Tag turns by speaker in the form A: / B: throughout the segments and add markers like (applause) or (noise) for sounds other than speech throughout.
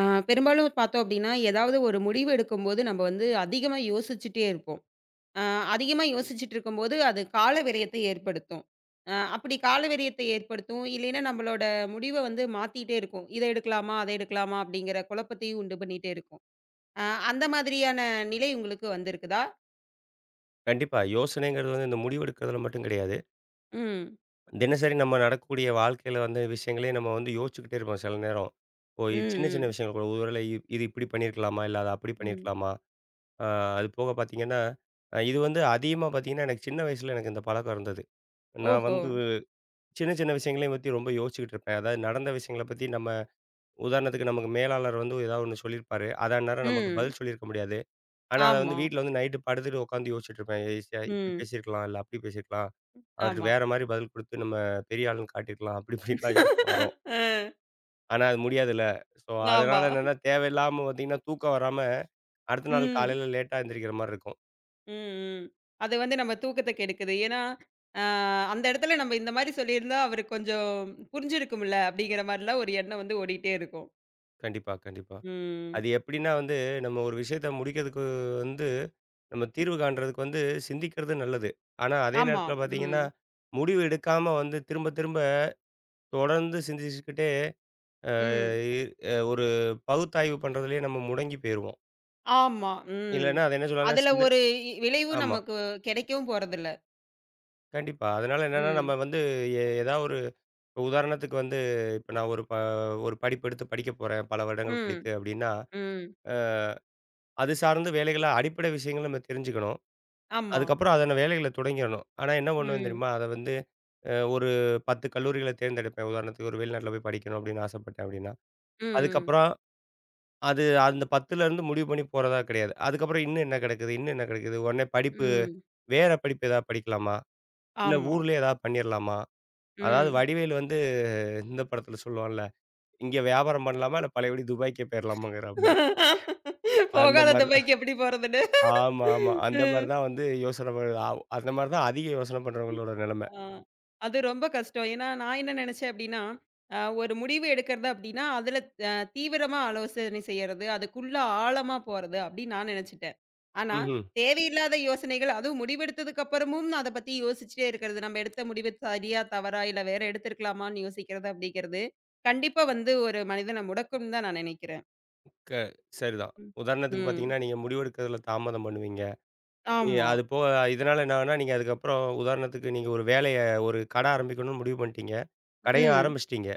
A: ஆ, பெரும்பாலும் பார்த்தோம் அப்படின்னா, ஏதாவது ஒரு முடிவு எடுக்கும்போது நம்ம வந்து அதிகமா யோசிச்சுட்டே இருப்போம். அ அதிகமா யோசிச்சுட்டு இருக்கும்போது, அது கால விரயத்தை ஏற்படுத்தும். அப்படி கால விரயத்தை ஏற்படுத்தும். இல்லைன்னா நம்மளோட முடிவ வந்து மாத்திட்டே இருக்கும். "இத எடுக்கலாமா? அத எடுக்கலாமா?" அப்படிங்கிற குழப்பத்தையும் உண்டு பண்ணிட்டே இருக்கும். அ அந்த மாதிரியான நிலை உங்களுக்கு வந்திருக்குதா?
B: கண்டிப்பா. யோசனைங்கிறது வந்து இந்த முடிவெடுக்கிறதுல மட்டும் கிடையாது.
A: ம்.
B: தினசரி நம்ம நடக்கக்கூடிய வாழ்க்கையில வந்து விஷயங்களே நம்ம வந்து யோசிச்சுக்கிட்டே இருப்போம் சில நேரம். ஓ!
A: ம்.
B: இது சின்ன சின்ன
A: ம்.
B: விஷயங்கள் கூட ஒருவேளை இது இப்படி பண்ணியிருக்கலாமா? இல்ல அது அப்படி
A: ம்.
B: பண்ணியிருக்கலாமா? அ அது போக பார்த்தீங்கன்னா, இது வந்து அதிகமா பார்த்தீங்கன்னா, எனக்கு சின்ன வயசுல எனக்கு இந்த பழக்கம் இருந்தது. நான்
A: ஓஹோ!
B: வந்து சின்ன சின்ன விஷயங்களையும் பத்தி ரொம்ப யோசிச்சுக்கிட்டு இருப்பேன். அதாவது நடந்த விஷயங்கள பத்தி நம்ம உதாரணத்துக்கு நமக்கு மேலாளர் வந்து ஏதாவது ஒண்ணு சொல்லியிருப்பாரு. அத அந்நேரம் நமக்கு
A: ம்.
B: பதில் சொல்லியிருக்க முடியாது. ஆனா, அத
A: ஆமா.
B: வந்து வீட்ல வந்து நைட்டு படுத்துட்டு உட்காந்து யோசிச்சுட்டு இருப்பேன். ஈஸியா இப்படி
A: ம்.
B: பேசியிருக்கலாம், இல்ல அப்படி பேசியிருக்கலாம். அவர்ட்ட
A: ஆமா.
B: வேற மாரி பதில் குடுத்து நம்ம பெரிய ஆளுன்னு காட்டியிருக்கலாம். அப்படி இப்படின்லாம் யோசனை வரும்.
A: (laughs) அ
B: ஆனா அது முடியாதுல்ல. ஸோ
A: ஆமா.
B: அதனால என்னன்னா தேவையில்லாம பார்த்தீங்கன்னா, தூக்கம் வராம அடுத்த நாள்
A: ம்.
B: காலையில லேட்டா எந்திரிக்கிற மாரி இருக்கும்.
A: ம், ம். அது வந்து நம்ம தூக்கத்த கெடுக்குது. ஏன்னா, அ அந்த இடத்துல நம்ம இந்த மாரி சொல்லியிருந்தா, அவருக்கு கொஞ்சம் புரிஞ்சிருக்கும்ல, அப்படிங்கிற மாரிலாம் ஒரு எண்ணம் வந்து ஓடிட்டே இருக்கும்.
B: கண்டிப்பா, கண்டிப்பா.
A: ம்.
B: அது எப்படின்னா வந்து நம்ம ஒரு விஷயத்த முடிக்கிறதுக்கு வந்து நம்ம தீர்வு காண்றதுக்கு வந்து சிந்திக்கிறது நல்லது. ஆனா அதே
A: ஆமா.
B: நேரத்தில பார்த்தீங்கன்னா,
A: ம்.
B: முடிவு எடுக்காம வந்து திரும்ப திரும்ப தொடர்ந்து சிந்திச்சுக்கிட்டே அ
A: ம்.
B: இ அ ஒரு பகுத்தாய்வு பண்றதுலயே நம்ம முடங்கி போயிருவோம்.
A: ஆமா. ம்.
B: இல்லன்னா அது என்ன சொல்லலாம்னா
A: அதுல ஒரு விளைவும்
B: ஆமா.
A: நமக்கு கெடைக்கவும் போறதில்ல.
B: கண்டிப்பா. அதனால என்னன்னா, நம்ம
A: ம்.
B: வந்து ஏதாவது ஒரு இப்ப உதாரணத்துக்கு வந்து இப்ப நான் ஒரு படிப்பு எடுத்து படிக்க போறேன், பல வருடங்கள்
A: ம்.
B: கழித்து அப்டின்னா,
A: ம்.
B: அ அது சார்ந்து வேலைகள அடிப்படை விஷயங்கள நம்ம தெரிஞ்சுக்கணும்.
A: ஆமா.
B: அதுக்கப்புறம் அதான வேலைகள தொடங்கிரணும். ஆனா என்ன பண்ணுவேன்
A: ம். ம்.
B: தெரியுமா? அத வந்து ஒரு 10 கல்லூரிகள தேர்ந்தெடுப்பேன். உதாரணத்துக்கு ஒரு வெளிநாட்ல போய் படிக்கணும் அப்டின்னு ஆசைப்பட்டேன் அப்டின்னா,
A: ம்.
B: அதுக்கப்புறம் அது அந்த 10லருந்து முடிவு பண்ணி போறதா கிடையாது. அதுக்கப்புறம் இன்னும் என்ன கிடைக்குது? இன்னும் என்ன கிடைக்குது? உடனே படிப்பு
A: ம்.
B: வேற படிப்பு ஏதாவது படிக்கலாமா? இல்ல
A: ஆமா.
B: ஊர்லயே ஏதாவது பண்ணிரலாமா? அதாவது
A: ம்.
B: வடிவேலு வந்து இந்த படத்துல சொல்லுவான்ல, "இங்க வியாபாரம் பண்ணலாமா? இல்ல பழையபடி துபாய்க்கே போயிரலாமாங்கிற" மாரி.
A: (laughs)
B: அந்த
A: போகாத
B: மாரி தான்.
A: துபாய்க்கு எப்படி போறதுன்னு?
B: ஆமா, ஆமா. அந்த மாரி தான் வந்து யோசனை ப ஆவ் அந்த மாரி தான் அதிக யோசனை பண்றவங்களோட நிலைமை.
A: ஆ. அது ரொம்ப கஷ்டம். ஏன்னா, நான் என்ன நெனச்சேன் அப்டின்னா, ஒரு முடிவு எடுக்கிறது அப்டின்னா, அதுல அ தீவிரமா ஆலோசனை செய்யறது, அதுக்குள்ள ஆழமா போறது அப்டின்னு நான் நெனச்சுட்டேன். ஆனா,
B: ம்ஹ்ம்.
A: தேவையில்லாத யோசனைகள் அதுவும் முடிவெடுத்ததுக்கு அப்புறமும் அத பத்தி யோசிச்சுட்டே இருக்கிறது. நம்ம எடுத்த முடிவு சரியா, தவறா இல்ல வேற எடுத்திருக்கலாமான்னு யோசிக்கிறது அப்டிங்கிறது, கண்டிப்பா வந்து ஒரு மனிதன முடக்கும்னு தான் நான் நெனைக்கிறேன்.
B: க சரிதான்.
A: ம்.
B: உதாரணத்துக்கு
A: ம்.
B: பார்த்தீங்கன்னா, நீங்க முடிவெடுக்கிறதுல தாமதம் பண்ணுவீங்க.
A: ஆமா.
B: அது போக இதனால என்ன ஆகும்னா, நீங்க அதுக்கப்புறம் உதாரணத்துக்கு நீங்க ஒரு கடை ஆரம்பிக்கணும்னு முடிவு பண்ணிட்டீங்க. கடையும்
A: ம்.
B: ஆரம்பிச்சுட்டீங்க.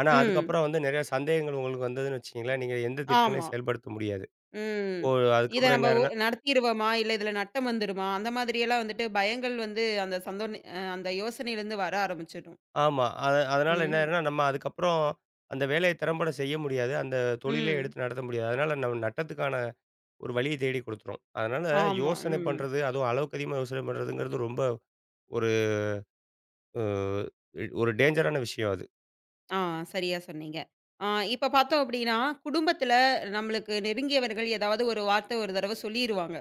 B: ஆனா,
A: ம்.
B: அதுக்கப்புறம் வந்து நெறைய சந்தேகங்கள் உங்களுக்கு வந்ததுன்னு வச்சுக்கங்களேன், நீங்க எந்த திட்டங்களையும்
A: ஆமா.
B: செயல்படுத்த முடியாது.
A: ம்.
B: ஓ!
A: இத
B: அதுக்கப்புறம்
A: நம்ப
B: என்ன?
A: நடத்திருவோமா? இல்ல இதுல நட்டம் வந்துருமா? அந்த மாதிரியெல்லாம் வந்துட்டு பயங்கள் வந்து அந்த சந்தோன் அ அந்த யோசனையிலருந்து வர ஆரம்பிச்சுடும்.
B: ஆமா. அத அதனால என்ன
A: ம்.
B: ஆயிரும்னா, நம்ம அதுக்கப்புறம் அந்த வேலைய திறம்பட செய்ய முடியாது. அந்த தொழிலே
A: ம்.
B: எடுத்து நடத்த முடியாது. அதனால நம்ம நட்டத்துக்கான ஒரு வழிய தேடி குடுத்துரும். அதனால
A: ஆமா.
B: யோசனை
A: ம்.
B: பண்றது, அதுவும் அளவுக்கு அதிகமா யோசனை பண்றதுங்கிறது ரொம்ப ஒரு அ ஒரு டேஞ்சரான விஷயம் அது.
A: ஆ சரியா சொன்னீங்க. ஆ இப்ப பார்த்தோம் அப்டின்னா, குடும்பத்துல நம்மளுக்கு நெருங்கியவர்கள் ஏதாவது ஒரு வார்த்த ஒரு தடவ சொல்லிருவாங்க.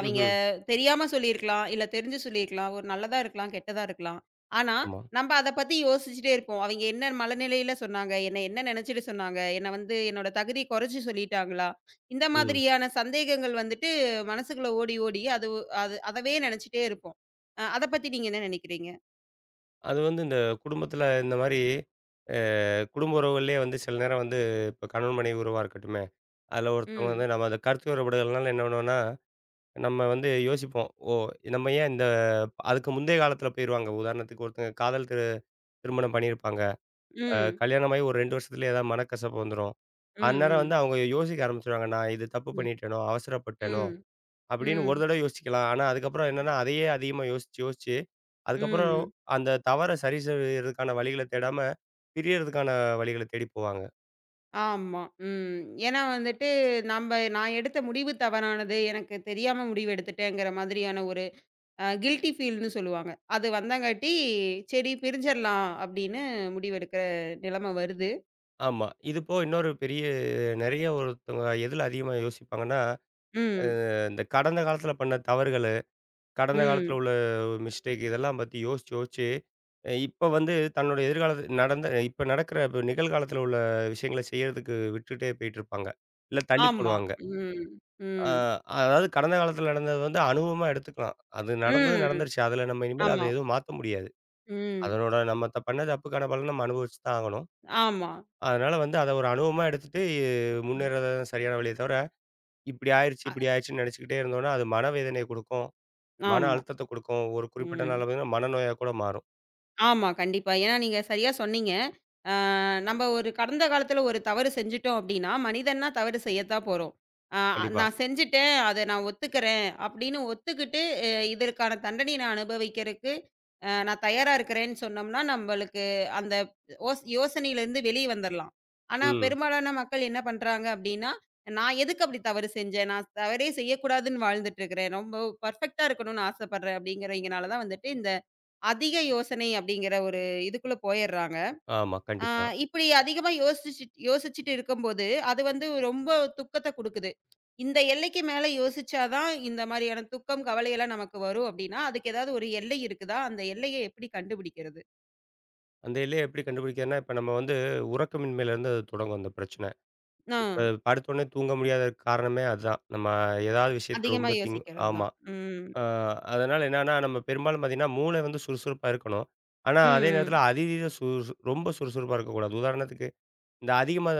A: அவைங்க
B: ம்ஹ்ம்.
A: தெரியாம சொல்லியிருக்கலாம், இல்ல தெரிஞ்சு சொல்லியிருக்கலாம். ஒரு நல்லதா இருக்கலாம், கெட்டதா இருக்கலாம். ஆனா,
B: ஆமா.
A: நம்ப அத பத்தி யோசிச்சுட்டே இருப்போம். அவைங்க என்ன மனநிலையில சொன்னாங்க? என்ன என்ன நெனச்சுட்டு சொன்னாங்க? என்ன வந்து என்னோட தகுதிய குறைச்சு சொல்லிட்டாங்களா? இந்த
B: ம்.
A: மாதிரியான சந்தேகங்கள் வந்துட்டு மனசுக்குள்ள ஓடி, ஓடி அது அது அதவே நெனச்சுட்டே இருப்போம். அத பத்தி நீங்க என்ன நெனைக்கிறீங்க?
B: அது வந்து இந்த குடும்பத்தில இந்த மாரி அ குடும்ப உறவுகள்லயே வந்து சில நேரம் வந்து இப்ப கணவன் மனைவி உறவா இருக்கட்டுமே, அதில ஒருத்தவங்க
A: ம்.
B: வந்து நம்ம அந்த கருத்து வேறுபாடுகள்னால என்ன பண்ணுவோம்னா நம்ம வந்து யோசிப்போம். ஓ! நம்ம ஏன் இந்த அதுக்கு முந்தைய காலத்தில போயிருவாங்க. உதாரணத்துக்கு ஒருத்தங்க காதல் திருமணம் பண்ணியிருப்பாங்க. அ
A: ம்.
B: கல்யாணமாகி ஒரு 2 வருஷத்துலயே ஏதாவது மனக்கசப்பு வந்துரும்.
A: ம்,
B: அந்நேரம்
A: ம்.
B: வந்து அவங்க யோசிக்க ஆரம்பிச்சுருவாங்க. நான் இது தப்பு
A: ம்.
B: பண்ணிட்டேனோ! அவசரப்பட்டேனோ!
A: ம்.
B: அப்படின்னு
A: ம்.
B: ஒரு தடவ யோசிக்கலாம். ஆனா, அதுக்கப்புறம் என்னன்னா, அதையே அதிகமா யோசிச்சு, யோசிச்சு அதுக்கப்புறம்
A: ம்.
B: அந்த தவற சரி செய்றதுக்கான வழிகள தேடாம, பிரியறதுக்கான வழிகள தேடி போவாங்க.
A: ஆமா. ம். ஏன்னா வந்துட்டு நம்ப நான் எடுத்த முடிவு தவறானது. எனக்கு தெரியாம முடிவு எடுத்துட்டேங்கிற மாதிரியான ஒரு கில்ட்டி ஃபீல்ன்னு சொல்லுவாங்க. அது வந்தங்காட்டி, சரி பிரிஞ்சிரலாம் அப்படின்னு முடிவெடுக்கிற நிலைமை வருது.
B: ஆமா. இது போக இன்னொரு பெரிய நெறைய ஒருத்தவங்க எதுல அதிகமா யோசிப்பாங்கன்னா, அ
A: ம்.
B: இந்த கடந்த காலத்தில பண்ண தவறுகள் கடந்த காலத்துல
A: ம்.
B: உள்ள மிஸ்டேக் இதெல்லாம் பத்தி யோசிச்சு யோசிச்சு, இப்ப வந்து தன்னோட எதிர்காலத்து நடந்த இப்ப நடக்கிற இப்ப நிகழ்காலத்துல உள்ள விஷயங்கள செய்யறதுக்கு விட்டுட்டே போயிட்டுருப்பாங்க. இல்ல தள்ளி
A: ஆமா.
B: போடுவாங்க.
A: ம்.
B: அ
A: ம்.
B: அதாவது கடந்த காலத்துல நடந்தது வந்து அனுபவமா எடுத்துக்கலாம். அது நடந்தது
A: ம்.
B: நடந்துருச்சு. அதுல நம்ம இனிமேல் அத
A: ஆமா.
B: எதுவும் மாத்த முடியாது.
A: ம்.
B: அதனோட நம்ம பண்ண தப்புக்கான பலன நம்ம அனுபவிச்சு தான் ஆகணும்.
A: ஆமா.
B: அதனால வந்து அத ஒரு அனுபவமா எடுத்துட்டு
A: ம்.
B: முன்னேறது தான் சரியான வழியே தவிர, இப்படி ஆயிருச்சு,
A: அ
B: இப்படி ஆயிருச்சுன்னு நெனச்சுக்கிட்டே இருந்தோம்னா, அது மனவேதனைய குடுக்கும். மன
A: ஆமா.
B: அழுத்தத்த குடுக்கும். ஒரு குறிப்பிட்ட நாள்ல
A: ம்.
B: பார்த்தீங்கன்னா, மனநோயா கூட மாறும்.
A: ஆமா, கண்டிப்பா. ஏன்னா நீங்க சரியா சொன்னீங்க. அ நம்ப ஒரு கடந்த காலத்துல ஒரு தவறு செஞ்சுட்டோம் அப்டின்னா, மனிதன்னா தவறு செய்யத்தான் போறோம். அ
B: கண்டிப்பா.
A: நான் செஞ்சுட்டேன், அத நான் ஒத்துக்கிறேன் அப்டின்னு ஒத்துக்கிட்டு, இதற்கான தண்டனைய நான் அனுபவிக்கிறதுக்கு நான் தயாரா இருக்கிறேன்னு சொன்னோம்னா, நம்பளுக்கு அந்த ஓஸ் யோசனையிலேருந்து வெளிய வந்துரலாம். ஆனா,
B: ம்.
A: பெரும்பாலான மக்கள் என்ன பண்றாங்க அப்டின்னா, நான் எதுக்கு அப்டி தவறு செஞ்சேன்? நான் தவறே செய்யக்கூடாதுன்னு வாழ்ந்துட்டு இருக்கிறேன். ரொம்ப பெர்ஃபெக்ட்டா இருக்கணும்னு ஆசைப்படுறேன் அப்டிங்கிறவைங்கனால தான் வந்துட்டு இந்த அதிக யோசனை அப்படிங்கிற ஒரு இதுக்குள்ள போயிடுறாங்க.
B: ஆமா,
A: ஆ
B: கண்டிப்பா.
A: இப்படி அதிகமா யோசிச்சுட்டு இருக்கும்போது, அது வந்து ரொம்ப துக்கத்த குடுக்குது. இந்த எல்லைக்கு மேல யோசிச்சா தான் இந்த மாரியான துக்கம், கவலை எல்லாம் நமக்கு வரும் அப்படின்னா, அதுக்கு ஏதாவது ஒரு எல்லை இருக்குதா? அந்த எல்லைய எப்படி கண்டுபிடிக்கிறது?
B: அந்த எல்லைய எப்படி கண்டுபிடிக்கிறதுன்னா, இப்ப நம்ம வந்து உறக்கமின்மையிலேருந்து அது தொடங்கும் அந்த பிரச்சனை.
A: ஆ
B: இப்ப படுத்தோனே தூங்க முடியாததுக்கு காரணமே அதுதான். நம்ம ஏதாவது விஷயத்த
A: அதிகமா
B: ரொம்ப
A: யோசிக்கிறது
B: ஆமா.
A: தான். ம்.
B: அ அதனால என்னன்னா, நம்ம பெரும்பாலும் பார்த்தீங்கன்னா, மூளை வந்து சுறுசுறுப்பா இருக்கணும். ஆனா,
A: ம்,
B: அதே நேரத்தில
A: ம்.
B: அதீத சுறுசு ரொம்ப சுறுசுறுப்பா இருக்கக்கூடாது. உதாரணத்துக்கு, இந்த அதிகமா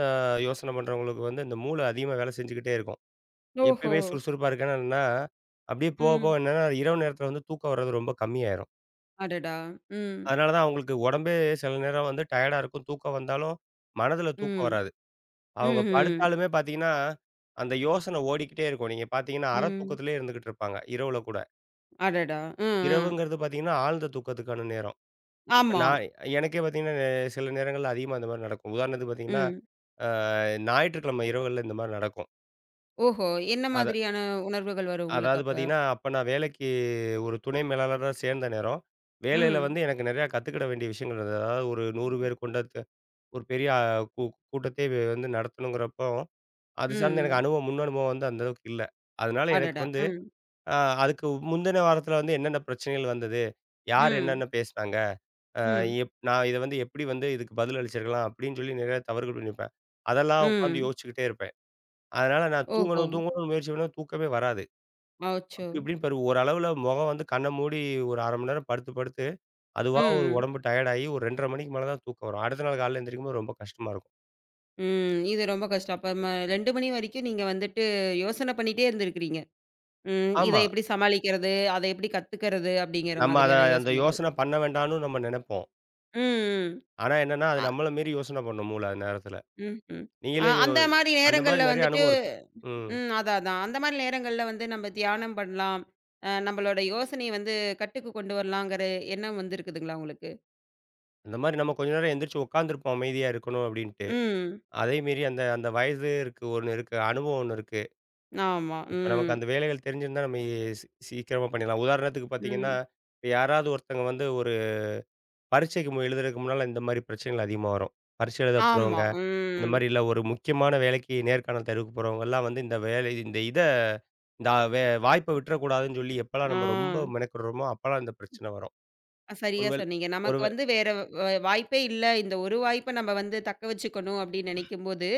B: யோசனை பண்றவங்களுக்கு வந்து இந்த மூளை அதிகமா வேலை செஞ்சுக்கிட்டே இருக்கும்.
A: ஓஹோ!
B: எப்பயுமே சுறுசுறுப்பா இருக்கேன்னா, அப்படியே போக
A: ம்.
B: போக என்னன்னா, இரவு நேரத்தில வந்து தூக்கம் வர்றது ரொம்ப கம்மியாயிரும்.
A: அடடா! ம்,
B: அதனால தான் அவங்களுக்கு உடம்பே சில நேரம் வந்து டயர்டா இருக்கும். தூக்கம் வந்தாலும் மனதில தூக்கம்
A: ம்.
B: வராது. அவங்க
A: ம்ஹ்ம்.
B: படுத்தாலுமே பார்த்தீங்கன்னா, அந்த யோசனை ஓடிக்கிட்டே இருக்கும். நீங்க பார்த்தீங்கன்னா,
A: ம்.
B: அரை
A: ம்.
B: தூக்கத்திலேயே இருந்துகிட்டு இருப்பாங்க, இரவுல கூட.
A: அடடா! ம், ம்.
B: இரவுங்கிறது பார்த்தீங்கன்னா, ஆழ்ந்த தூக்கத்துக்கான நேரம். இப்ப
A: ஆமா.
B: நான் எனக்கே பார்த்தீங்கன்னா, சில நேரங்கள்ல அதிகமா இந்த மாரி நடக்கும். உதாரணத்துக்கு பார்த்தீங்கன்னா,
A: ம்.
B: அ ஞாயிற்றுக்கிழமை இரவுகள்ல இந்த மாரி நடக்கும்.
A: ஓஹோ! என்ன மாதிரியான உணர்வுகள் வரும் உங்களுக்கு
B: அதாவது
A: அப்ப?
B: பார்த்தீங்கன்னா, அப்ப நான் வேலைக்கு ஒரு துணை மேலாளரா சேர்ந்த நேரம், வேலையில
A: ம்.
B: வந்து எனக்கு நிறையா கத்துக்கிட வேண்டிய விஷயங்கள் இருந்தது. அதாவது ஒரு 100 பேர் கொண்ட ஒரு பெரிய அ கூ கூட்டத்தையே வந்து நடத்தணுங்கிறப்போ, அது சார்ந்த எனக்கு
A: ம்.
B: அனுபவம், முன் அனுபவம் வந்து அந்த அளவுக்கு இல்ல. அதனால எனக்கு
A: அடடா!
B: வந்து
A: ம்.
B: அ அதுக்கு முந்தின வாரத்தில வந்து என்னென்ன பிரச்சனைகள் வந்தது? யார்
A: ம்.
B: என்னென்ன பேசினாங்க? அ
A: ம்.
B: எப் நான் இத வந்து எப்படி வந்து இதுக்கு பதில் அளிச்சிருக்கலாம்? அப்படின்னு சொல்லி நிறைய தவறுகள் பண்ணியிருப்பேன். அதெல்லாம் உட்காந்து
A: ம்.
B: யோசிச்சுக்கிட்டே இருப்பேன். அதனால நான்
A: ஓஹோ!
B: தூங்கணும், தூங்கணும்னு முயற்சி பண்ணுவேன். தூக்கமே வராது.
A: அச்சோ!
B: அப்படி இப்படின்னு பாரு ஒரு அளவுல முகம் வந்து கண்ண மூடி ஒரு 1/2 மணி நேரம் படுத்து, படுத்து அதுவா ஒரு
A: ம்.
B: உடம்பு டயர்ட் ஆயி ஒரு 2:30 மணிக்கு மேல தான் தூக்கம் வரும். அடுத்த நாள் காலையில எந்திரிக்கும்போது ரொம்ப கஷ்டமா இருக்கும்.
A: ம். இது ரொம்ப கஷ்டம். அப்ப 2 மணி வரைக்கும் நீங்க வந்துட்டு யோசனை பண்ணிட்டே இருந்திருக்கிறீங்க. ம். இத
B: ஆமா.
A: எப்படி சமாளிக்கிறது? அத எப்படி கத்துக்கிறது? அப்படிங்கிற
B: நம்ம அத
A: மாதிரியான
B: அந்த
A: யோசனைகள்.
B: யோசனை பண்ண வேண்டாம்னு நம்ம நெனைப்போம்.
A: ம். ம்.
B: ஆனா என்னன்னா, அது
A: அ
B: நம்மள மீறி யோசனை பண்ணும் மூளை அந்த நேரத்துல.
A: ம்ஹ்ம்.
B: நீங்களே யோ
A: அந்த மாரி
B: அந்த
A: நேரங்கள்ல
B: மாரி நெறைய
A: வந்துட்டு
B: அனுபவம் இருக்கு. ம்.
A: ம். அதான், அதான். அந்த மாரி நேரங்கள்ல வந்து நம்ம தியானம் பண்ணலாம். நம்மளோட யோசனைய வந்து கட்டுக்கு கொண்டு வரலாங்கிற எண்ணம் வந்திருக்குதுங்களா உங்களுக்கு?
B: அந்த மாரி நம்ம கொஞ்ச நேரம் எந்திரிச்சு உட்காந்துருப்போம் அமைதியா இருக்கணும் அப்படின்ட்டு.
A: ம்.
B: அதே மீறி அந்த அந்த வயது இருக்கு ஒண்ணு இருக்கு, அனுபவம் ஒண்ணு இருக்கு.
A: ஆமா.
B: இப்ப நமக்கு
A: ம்.
B: அந்த வேலைகள் தெரிஞ்சிருந்தா நம்ம சீக்கிரமா பண்ணிடலாம். உதாரணத்துக்கு பார்த்தீங்கன்னா,
A: ம்.
B: இப்ப யாராவது ஒருத்தங்க வந்து ஒரு பரீட்சைக்கு எழுதுறதுக்கு முன்னால இந்த மாரி பிரச்சனைகள் அதிகமா வரும். பரீட்சை எழுத
A: ஆமா.
B: போறவங்க, இந்த
A: ம்.
B: மாரி இல்ல ஒரு முக்கியமான வேலைக்கு நேர்காணல் தேர்வுக்கு போறவங்கலாம் வந்து இந்த வேலை இந்த இத இந்த அ- வே வாய்ப்ப விட்டுறக்கூடாதுன்னு சொல்லி எப்பலாம்
A: ஆ.
B: நம்ம ரொம்ப மெனக்கிடுறோமோ, அப்பலாம் இந்த பிரச்சனை வரும்.
A: சரியா
B: ஒருவேள
A: சொன்னீங்க. நமக்கு
B: ஒருவே
A: வந்து வேற வ வாய்ப்பே இல்ல. இந்த ஒரு வாய்ப்ப நம்ம வந்து தக்க வச்சுக்கணும் அப்டின்னு நெனைக்கும்போது,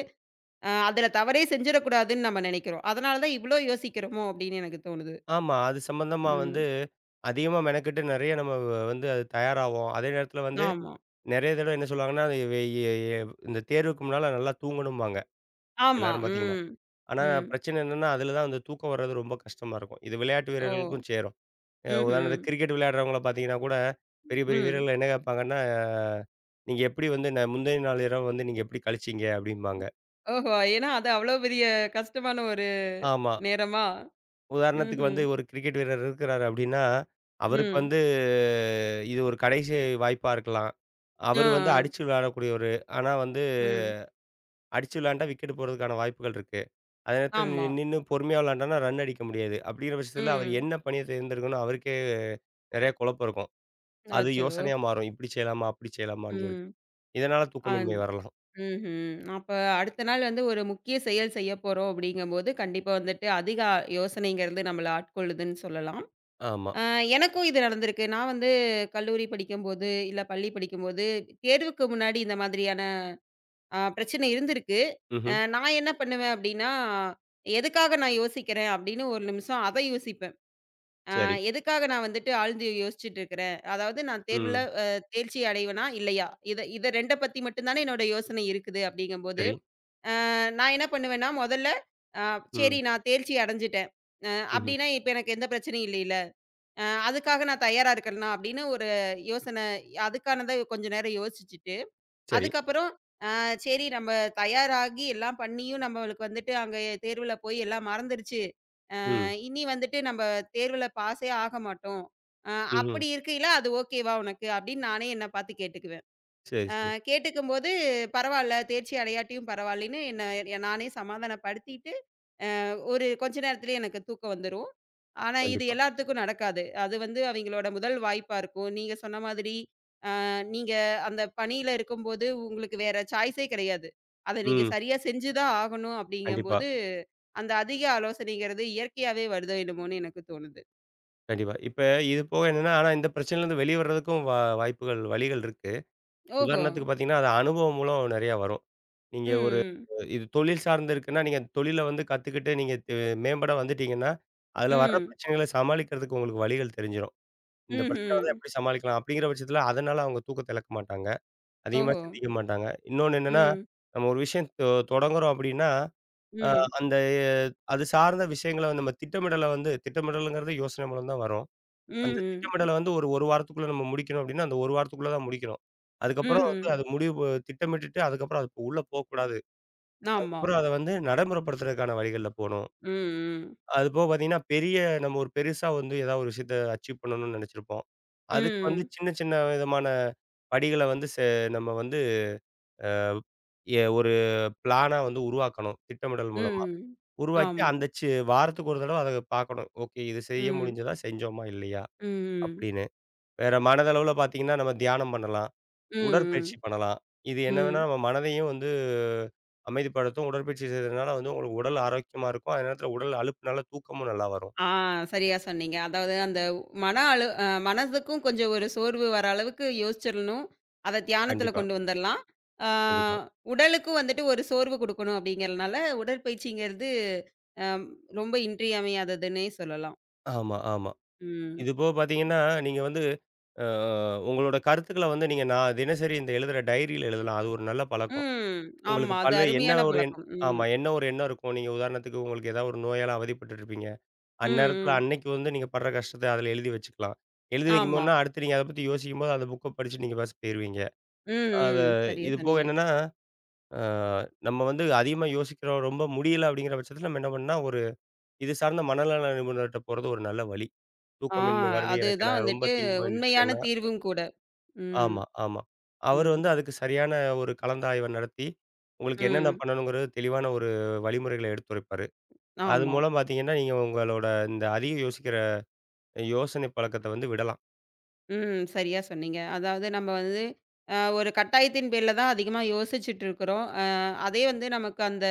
A: அதுல தவறே செஞ்சிடக்கூடாதுன்னு நம்ம நெனைக்கிறோம். அதனால தான் இவ்ளோ யோசிக்கிறோமோ அப்டின்னு எனக்கு தோணுது.
B: ஆமா. அது சம்பந்தமா வந்து
A: ம்.
B: அதிகமா மெனக்கெட்டு நெறைய நம்ம வந்து அது தயாராவோம். அதே நேரத்தில வந்து
A: ஆமா.
B: நெறைய தடவ என்ன சொல்லுவாங்கன்னா, அது வே எ எ இந்த தேர்வுக்கு முன்னால நல்லா தூங்கணும்பாங்க,
A: ஆமா.
B: எல்லாரும் பார்த்தீங்கன்னா.
A: ம்.
B: ஆனா
A: ம்.
B: பிரச்சனை என்னன்னா, அதில தான் வந்து தூக்கம் வர்றது ரொம்ப கஷ்டமா இருக்கும். இது விளையாட்டு
A: ஓ!
B: வீரர்களுக்கும் சேரும்.
A: ம்ஹ்ம்.
B: உதாரணத்துக்கு கிரிக்கெட் விளையாடுறவங்கள பார்த்தீங்கன்னா கூட, பெரிய பெரிய
A: ம்.
B: வீரர்கள் என்ன கேட்பாங்கன்னா, "நீங்க எப்படி வந்து முந்தைய நாள் இரவு வந்து நீங்க எப்படி கழிச்சீங்க?" அப்படிம்பாங்க.
A: ஓஹோ! ஏன்னா அது அவ்ளோ பெரிய கஷ்டமான ஒரு
B: ஆமா.
A: நேரமா?
B: உதாரணத்துக்கு வந்து
A: ம்ஹ்ம்.
B: ஒரு கிரிக்கெட் வீரர் இருக்கிறாரு அப்படின்னா, அவருக்கு
A: ம்.
B: வந்து இது ஒரு கடைசி வாய்ப்பா இருக்கலாம்.
A: ஆ.
B: அவர் வந்து
A: ஆ.
B: அடிச்சு விளையாடக்கூடியவரு. ஆனா வந்து
A: ம்.
B: அடிச்சு விளையாண்டா விக்கெட் போறதுக்கான வாய்ப்புகள் இருக்கு. அதே நேரத்தில
A: ஆமா.
B: நின்னு பொறுமையா விளையாண்டான்னா ரன் அடிக்க முடியாது. அப்படிங்கிற பட்சத்தில அவர்
A: ம்.
B: என்ன பணிய தேர்ந்தெடுக்கணும்னு அவருக்கே நெறைய குழப்பம் இருக்கும். அது
A: அச்சோ!
B: யோசனையா மாறும். இப்படி செய்யலாமா? அப்படி செய்யலாமான்னு சொல்லிட்டு.
A: ம்.
B: இதனால
A: அன்
B: தூக்கமின்மை வரலாம்.
A: ம்ஹ்ம். அப்ப அடுத்த நாள் வந்து ஒரு முக்கிய செயல் செய்யப் போறோம் அப்படிங்கும்போது, கண்டிப்பா வந்துட்டு அதிக யோசனைங்கிறது நம்மள ஆட்கொள்ளுதுன்னு சொல்லலாம்.
B: ஆமா.
A: அ எனக்கும் இது நடந்திருக்கு. நான் வந்து கல்லூரி படிக்கும்போது, இல்ல பள்ளி படிக்கும்போது, தேர்வுக்கு முன்னாடி இந்த மாதிரியான பிரச்சனை இருந்திருக்கு.
B: ம்ஹ்ம்.
A: நான் என்ன பண்ணுவேன் அப்படின்னா, எதுக்காக நான் யோசிக்கிறேன் அப்படின்னு ஒரு நிமிஷம் அத யோசிப்பேன். அ
B: சரி.
A: எதுக்காக நான் வந்துட்டு ஆழ்ந்து யோசிச்சுட்டு இருக்கிறேன்? அதாவது நான் தேர்வுல
B: ம்.
A: தேர்ச்சி அடைவேனா? இல்லையா? இத இத 2 பத்தி மட்டும் தானே என்னோட யோசனை இருக்குது அப்படிங்கும்போது
B: சரி.
A: அ நான் என்ன பண்ணுவேன்னா, முதல்ல அ
B: ம்.
A: சரி நான் தேர்ச்சி அடைஞ்சுட்டேன். அ
B: ம்ஹ்ம்.
A: அப்படின்னா இப்ப எனக்கு எந்த பிரச்சனையும் இல்லைல்ல. அதுக்காக நான் தயாரா இருக்கன்னா அப்படின்னு ஒரு யோசனை அதுக்கானத கொஞ்ச நேரம் யோசிச்சுட்டு,
B: சரி.
A: அதுக்கப்புறம் சரி நம்ம தயாராகி எல்லாம் பண்ணியும் நம்மளுக்கு வந்துட்டு அங்க தேர்வுல போய் எல்லாம் மறந்துருச்சு. அ
B: ம்.
A: இனி வந்துட்டு நம்ம தேர்வுல பாஸே ஆக மாட்டோம். அ
B: ம்ஹ்ம்.
A: அப்படி இருக்கையில அது ஓகேவா உனக்கு? அப்படின்னு நானே என்ன பார்த்து கேட்டுக்குவேன்.
B: சரி, சரி.
A: கேட்டுக்கும்போது பரவால்ல தேர்ச்சி அடையாட்டியும் பரவாயில்லன்னு என்ன நானே சமாதானப்படுத்திட்டு ஒரு கொஞ்ச நேரத்திலேயே எனக்கு தூக்கம் வந்துரும். ஆனா, இது
B: கண்டிப்பா.
A: எல்லாத்துக்கும் நடக்காது. அது வந்து அவைங்களோட முதல் வாய்ப்பா இருக்கும். நீங்க சொன்ன மாதிரி, நீங்க அந்த பணியில இருக்கும்போது உங்களுக்கு வேற சாய்ஸே கிடையாது. அத நீங்க
B: ம்.
A: சரியா செஞ்சு தான் ஆகணும்
B: கண்டிப்பா,
A: அப்படிங்கம்போது, அந்த அதிக ஆலோசனைங்கிறது இயற்கையாவே வருதோ என்னமோன்னு எனக்கு தோணுது.
B: கண்டிப்பா. இப்ப இது போக என்னன்னா, ஆனா இந்த பிரச்சனையிலருந்து வெளிய வர்றதுக்கும் வாய்ப்புகள், வழிகள் இருக்கு.
A: ஓஹோ!
B: உதாரணத்துக்கு பார்த்தீங்கன்னா, அது அனுபவம் மூலம் நெறையா வரும். நீங்க ஒரு
A: ம், ம்.
B: இது தொழில் சார்ந்து இருக்குன்னா, நீங்க தொழில வந்து கத்துக்கிட்டு நீங்க தெ மேம்பட வந்துட்டீங்கன்னா, அதுல வர்ற
A: ம்.
B: பிரச்சனைகள சமாளிக்கிறதுக்கு உங்களுக்கு வழிகள் தெரிஞ்சிரும். இந்த பிரச்சனை வந்து
A: ம்ஹ்ம்.
B: எப்படி சமாளிக்கலாம்? அப்படிங்கிற பட்சத்தில அதனால அவங்க தூக்கத்த இழக்க மாட்டாங்க. அதிகமா
A: ஓஹோ!
B: சிந்திக்க மாட்டாங்க. இன்னொன்னு என்னன்னா,
A: ம்.
B: நம்ம ஒரு விஷயம் தொடங்குறோம் அப்படின்னா, அ
A: ம்.
B: அந்த அது சார்ந்த விஷயங்கள நம்ம திட்டமிடல வந்து திட்டமிடலுங்கிறது யோசனை மூலம் தான் வரும். அந்த
A: ம்ஹ்ம்.
B: திட்டமிடல வந்து ஒரு 1 வாரத்துக்குள்ள நம்ம முடிக்கணும் அப்படின்னா, அந்த 1 வாரத்துக்குள்ள தான் முடிக்கணும். அதுக்கப்புறம்
A: ம்ஹ்ம்.
B: வந்து அது முடிவு திட்டமிட்டுட்டு அதுக்கப்புறம் அது உள்ள போக்கூடாது.
A: ஆமா.
B: அதுக்கப்புறம் அத வந்து நடைமுறைப்படுத்துறதுக்கான வழிகள்ல போணும்.
A: ம். ஆமாம் ம்.
B: அது போக பார்த்தீங்கன்னா, நம்ம ஒரு பெருசா வந்து ஏதாவது ஒரு விஷயத்த அச்சீவ் பண்ணணும்னு நெனச்சிருப்போம். அதுக்கு வந்து
A: ம்.
B: சின்ன, சின்ன விதமான படிகள வந்து செ நம்ம வந்து ஒரு பிளானா வந்து உருவாக்கணும். திட்டமிடல் மூலமா.
A: ம்.
B: உருவாக்கி
A: ஆமா.
B: அந்த சி வாரத்துக்கு ஒரு தடவ அத பார்க்கணும். ஓகே இது செய்ய
A: ம்.
B: முடிஞ்சதா? செஞ்சோமா? இல்லையா?
A: ம்.
B: அப்படின்னு. வேற மனதளவுல பார்த்தீங்கன்னா, நம்ம தியானம் பண்ணலாம்.
A: ம். ம்.
B: உடற்பயிற்சி பண்ணலாம். இது என்ன வேணா
A: ம்.
B: நம்ம மனதையும் வந்து அமைதிப்படுத்தும். உடற்பயிற்சி செய்றதுனால வந்து உங்களுக்கு உடல் ஆரோக்கியமா இருக்கும். அதே நேரத்தில உடல் அலுப்புனால தூக்கமும் நல்லா வரும்.
A: ஆ, சரியா சொன்னீங்க. அதாவது அந்த மன அழு அ மனதுக்கும் கொஞ்சம் ஒரு சோர்வு வர அளவுக்கு யோசிச்சிரணும். அத தியானத்துல
B: கண்டிப்பா,
A: கொண்டு வந்துரலாம். ஆ
B: கண்டிப்பா.
A: உடலுக்கும் வந்துட்டு ஒரு சோர்வு குடுக்கணும் அப்படிங்கிறனால, உடற்பயிற்சிங்கிறது அ ரொம்ப இன்றியமையாததுன்னே சொல்லலாம்.
B: ஆமா, ஆமா.
A: ம்.
B: இது போக பார்த்தீங்கன்னா, நீங்க வந்து அ உங்களோட கருத்துக்கள வந்து நான் தினசரி இந்த எழுதுற டைரியில எழுதலாம். அது ஒரு நல்ல பழக்கம்.
A: ம்.
B: உங்களுக்கு
A: ஆமா. அது
B: பல்வே என்ன
A: அருமையான
B: ஒரு எண்
A: பழக்கம். ம்.
B: ஆமா. என்ன ஒரு எண்ணம் இருக்கும். நீங்க உதாரணத்துக்கு உங்களுக்கு ஏதாவது ஒரு நோயால அவதிப்பட்டுட்டுருப்பீங்க.
A: ம்.
B: அந்நேரத்தில
A: ம்.
B: அன்னைக்கு வந்து நீங்க படுற கஷ்டத்த அதில எழுதி வச்சுக்கலாம். எழுதி
A: ஆமா.
B: வைக்கும்போதுனா, அடுத்து நீங்க அத பத்தி யோசிக்கும்போது அந்த புக்க படிச்சு நீங்க பாட்டுக்கு போயிருவீங்க.
A: ம்.
B: அத
A: ம். சரியா
B: இது போக
A: சொன்னீங்க.
B: என்னன்னா, அ நம்ம வந்து அதிகமா யோசிக்கிறோம். ரொம்ப முடியல அப்படிங்கிற பட்சத்தில நம்ம என்ன பண்ணணும்னா, ஒரு இது சார்ந்த மனநல நிபுணர்ட்ட போறது ஒரு நல்ல வழி.
A: ஆ
B: தூக்கமின்மை வருது எனக்கு
A: அதுதான்
B: நான் ரொம்ப
A: வந்துட்டு
B: திங்க் பண்ணிட்டு
A: உண்மையான
B: இருக்கேன்னா
A: தீர்வும் கூட. ம்.
B: ஆமா, ஆமா. அவரு
A: ம்.
B: வந்து அதுக்கு சரியான ஒரு கலந்தாய்வ நடத்தி, உங்களுக்கு என்னென்ன
A: ம்.
B: பண்ணணுங்கிறது தெளிவான ஒரு வழிமுறைகள எடுத்துரைப்பாரு. அது
A: ஆமா.
B: மூலம் பார்த்தீங்கன்னா, நீங்க உங்களோட இந்த அதிக யோசிக்கிற யோசனை பழக்கத்த வந்து விடலாம்.
A: ம். சரியா சொன்னீங்க. அதாவது நம்ம வந்து ஒரு கட்டாயத்தின் பேர்ல தான் அதிகமா யோசிச்சுட்டு இருக்கிறோம். அதே வந்து நமக்கு அந்த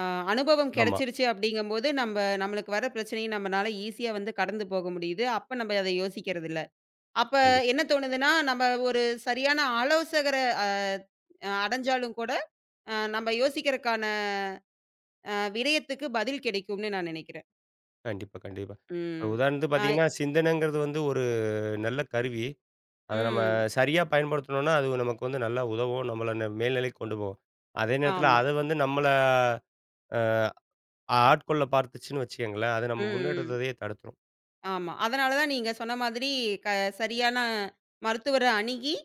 A: அ அனுபவம்
B: ஆமா.
A: கிடைச்சிருச்சு அப்படிங்கும்போது, நம்ப நம்மளுக்கு வர பிரச்சனைய நம்மனால ஈஸியா வந்து கடந்து போக முடியுது. அப்ப நம்ம அத யோசிக்கிறதில்ல. அப்ப
B: கண்டிப்பா,
A: என்ன தோணுதுன்னா, நம்ம ஒரு சரியான ஆலோசகர அ அ அடைஞ்சாலும் கூட, நம்ம யோசிக்கிறக்கான விரயத்துக்கு பதில் கிடைக்கும்னு நான் நினைக்கிறேன்.
B: கண்டிப்பா, கண்டிப்பா.
A: ம்.
B: உதாரணத்துக்கு
A: அ
B: பார்த்தீங்கன்னா, சிந்தனைங்கிறது வந்து ஒரு நல்ல கருவி. அத நம்ம
A: ம்.
B: சரியா பயன்படுத்துனோம்னா, அது நமக்கு வந்து நல்லா உதவும். நம்மள ந மேல்நிலைக்கு கொண்டு போகும். அதே நேரத்தில
A: ஆமா.
B: அது வந்து நம்மள அ ஆட்கொள்ள பார்த்துச்சுன்னு வச்சுக்கங்களேன், அது
A: ம்.
B: நம்ம
A: ம்.
B: முன்னேற்றத்தையே தடுத்துரும்.
A: ஆமா. அதனால தான் நீங்க சொன்ன மாதிரி க சரியான மருத்துவர அணுகி,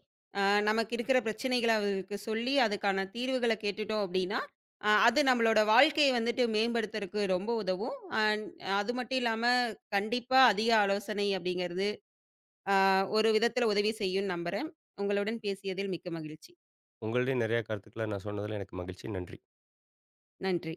A: அ நமக்கு இருக்கிற பிரச்சனைகள அவருக்கு சொல்லி, அதுக்கான தீர்வுகள கேட்டுட்டோம் அப்டின்னா, அது நம்மளோட வாழ்க்கைய வந்துட்டு மேம்படுத்துறக்கு ரொம்ப உதவும். அன் அது மட்டும் இல்லாம, கண்டிப்பா அதிக ஆலோசனை அப்படிங்கிறது, அ ஒரு விதத்தில உதவி செய்யும்னு நம்புறேன். உங்களுடன் பேசியதில் மிக்க மகிழ்ச்சி.
B: உங்கள்டையும் நெறைய கருத்துக்கள நான் சொன்னதுல எனக்கு மகிழ்ச்சி. நன்றி.
A: நன்றி.